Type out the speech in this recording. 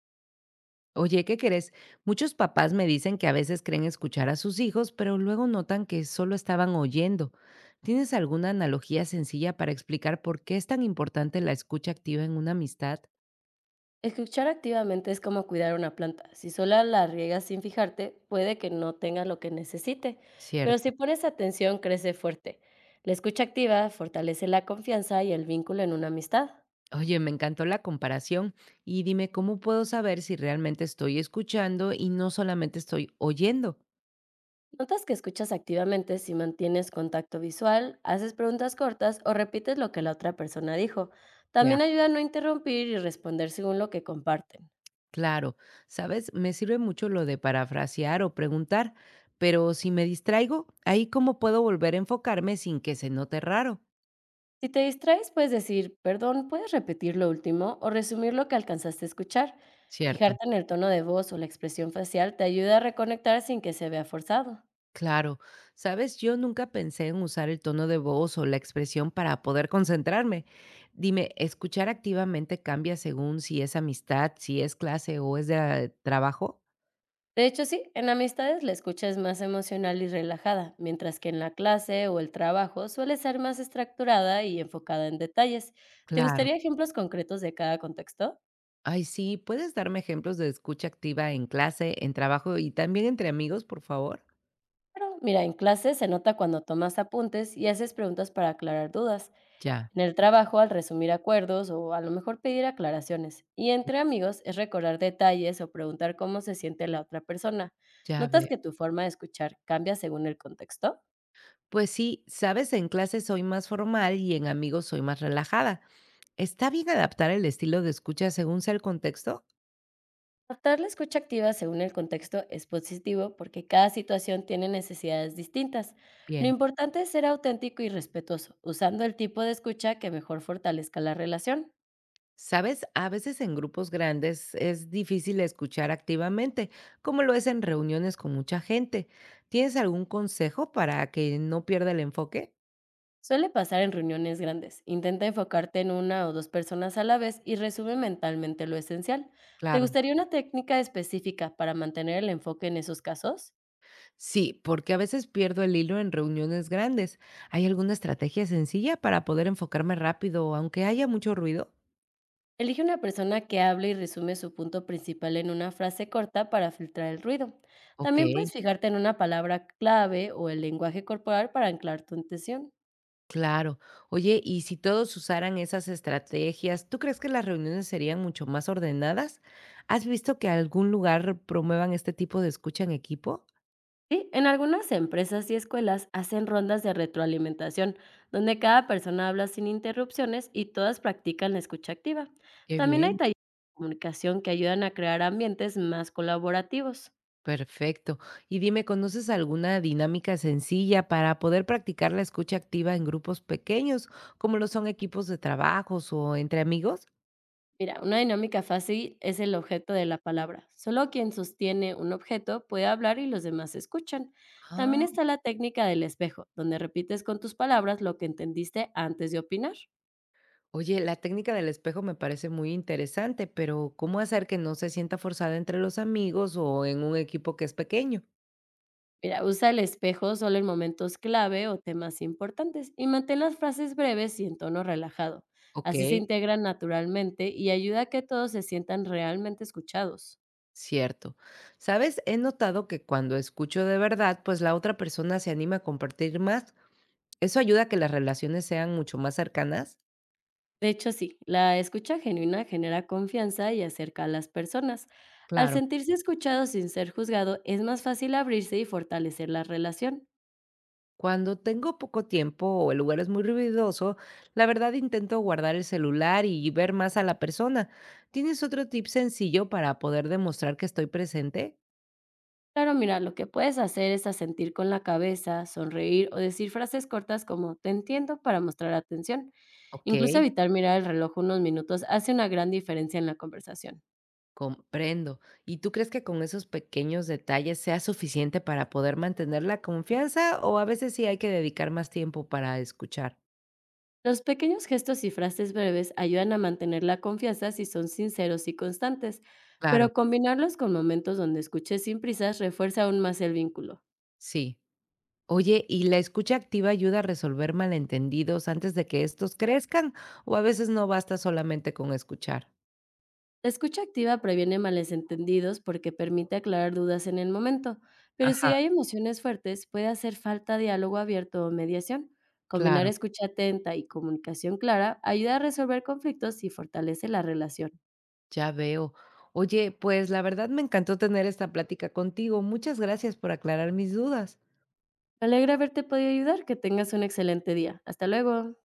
Oye, ¿qué crees? Muchos papás me dicen que a veces creen escuchar a sus hijos, pero luego notan que solo estaban oyendo. ¿Tienes alguna analogía sencilla para explicar por qué es tan importante la escucha activa en una amistad? Escuchar activamente es como cuidar una planta. Si sola la riegas sin fijarte, puede que no tenga lo que necesite, pero Cierto. si pones atención, crece fuerte. La escucha activa fortalece la confianza y el vínculo en una amistad. Oye, me encantó la comparación y dime cómo puedo saber si realmente estoy escuchando y no solamente estoy oyendo. Notas que escuchas activamente si mantienes contacto visual, haces preguntas cortas o repites lo que la otra persona dijo. Ya. También ayuda a no interrumpir y responder según lo que comparten. Claro, sabes, me sirve mucho lo de parafrasear o preguntar, pero si me distraigo, ahí cómo puedo volver a enfocarme sin que se note raro. Si te distraes, puedes decir, perdón, ¿puedes repetir lo último? O resumir lo que alcanzaste a escuchar. Cierto, Fijarte en el tono de voz o la expresión facial te ayuda a reconectar sin que se vea forzado. claro. Sabes, yo nunca pensé en usar el tono de voz o la expresión para poder concentrarme. Dime, ¿escuchar activamente cambia según si es amistad, si es clase o es de trabajo? De hecho, sí, en amistades la escucha es más emocional y relajada, mientras que en la clase o el trabajo suele ser más estructurada y enfocada en detalles. ¿Te Claro. gustaría ejemplos concretos de cada contexto? Ay, sí, ¿puedes darme ejemplos de escucha activa en clase, en trabajo y también entre amigos, por favor? Claro, mira, en clase se nota cuando tomas apuntes y haces preguntas para aclarar dudas. Ya, En el trabajo, al resumir acuerdos o a lo mejor pedir aclaraciones. Y entre amigos es recordar detalles o preguntar cómo se siente la otra persona. ya ¿Notas veo. que tu forma de escuchar cambia según el contexto? Pues sí, sabes, en clase soy más formal y en amigos soy más relajada. ¿Está bien adaptar el estilo de escucha según sea el contexto? Adaptar la escucha activa según el contexto es positivo porque cada situación tiene necesidades distintas. Lo Bien. importante es ser auténtico y respetuoso, usando el tipo de escucha que mejor fortalezca la relación. Sabes, a veces en grupos grandes es difícil escuchar activamente, como lo es en reuniones con mucha gente. ¿Tienes algún consejo para que no pierda el enfoque? Suele pasar en reuniones grandes. Intenta enfocarte en una o dos personas a la vez y resume mentalmente lo esencial. ¿Te Claro. gustaría una técnica específica para mantener el enfoque en esos casos? Sí, porque a veces pierdo el hilo en reuniones grandes. ¿Hay alguna estrategia sencilla para poder enfocarme rápido, aunque haya mucho ruido? Elige una persona que hable y resume su punto principal en una frase corta para filtrar el ruido. Ok, También puedes fijarte en una palabra clave o el lenguaje corporal para anclar tu atención. claro. Oye, y si todos usaran esas estrategias, ¿tú crees que las reuniones serían mucho más ordenadas? ¿Has visto que algún lugar promuevan este tipo de escucha en equipo? Sí, en algunas empresas y escuelas hacen rondas de retroalimentación, donde cada persona habla sin interrupciones y todas practican la escucha activa. Qué También hay bien, talleres de comunicación que ayudan a crear ambientes más colaborativos. perfecto. Y dime, ¿conoces alguna dinámica sencilla para poder practicar la escucha activa en grupos pequeños, como lo son equipos de trabajos o entre amigos? Mira, una dinámica fácil es el objeto de la palabra. Solo quien sostiene un objeto puede hablar y los demás escuchan. También Ah, está la técnica del espejo, donde repites con tus palabras lo que entendiste antes de opinar. oye, la técnica del espejo me parece muy interesante, pero ¿cómo hacer que no se sienta forzada entre los amigos o en un equipo que es pequeño? Mira, usa el espejo solo en momentos clave o temas importantes y mantén las frases breves y en tono relajado. Ok, Así se integran naturalmente y ayuda a que todos se sientan realmente escuchados. cierto. Sabes, he notado que cuando escucho de verdad, pues la otra persona se anima a compartir más. ¿Eso ayuda a que las relaciones sean mucho más cercanas? De hecho, sí, la escucha genuina genera confianza y acerca a las personas. Al Claro. sentirse escuchado sin ser juzgado, es más fácil abrirse y fortalecer la relación. Cuando tengo poco tiempo o el lugar es muy ruidoso, la verdad intento guardar el celular y ver más a la persona. ¿Tienes otro tip sencillo para poder demostrar que estoy presente? Claro, mira, lo que puedes hacer es asentir con la cabeza, sonreír o decir frases cortas como te entiendo para mostrar atención. Ok, Incluso evitar mirar el reloj unos minutos hace una gran diferencia en la conversación. comprendo. ¿Y tú crees que con esos pequeños detalles sea suficiente para poder mantener la confianza o a veces sí hay que dedicar más tiempo para escuchar? Los pequeños gestos y frases breves ayudan a mantener la confianza si son sinceros y constantes, Claro, pero combinarlos con momentos donde escuches sin prisas refuerza aún más el vínculo. sí. Oye, ¿y la escucha activa ayuda a resolver malentendidos antes de que estos crezcan o a veces no basta solamente con escuchar? La escucha activa previene malentendidos porque permite aclarar dudas en el momento, pero Ajá. si hay emociones fuertes puede hacer falta diálogo abierto o mediación. Combinar Claro, escucha atenta y comunicación clara ayuda a resolver conflictos y fortalece la relación. ya veo. Oye, pues la verdad me encantó tener esta plática contigo. Muchas gracias por aclarar mis dudas. Me alegra haberte podido ayudar, que tengas un excelente día. Hasta luego.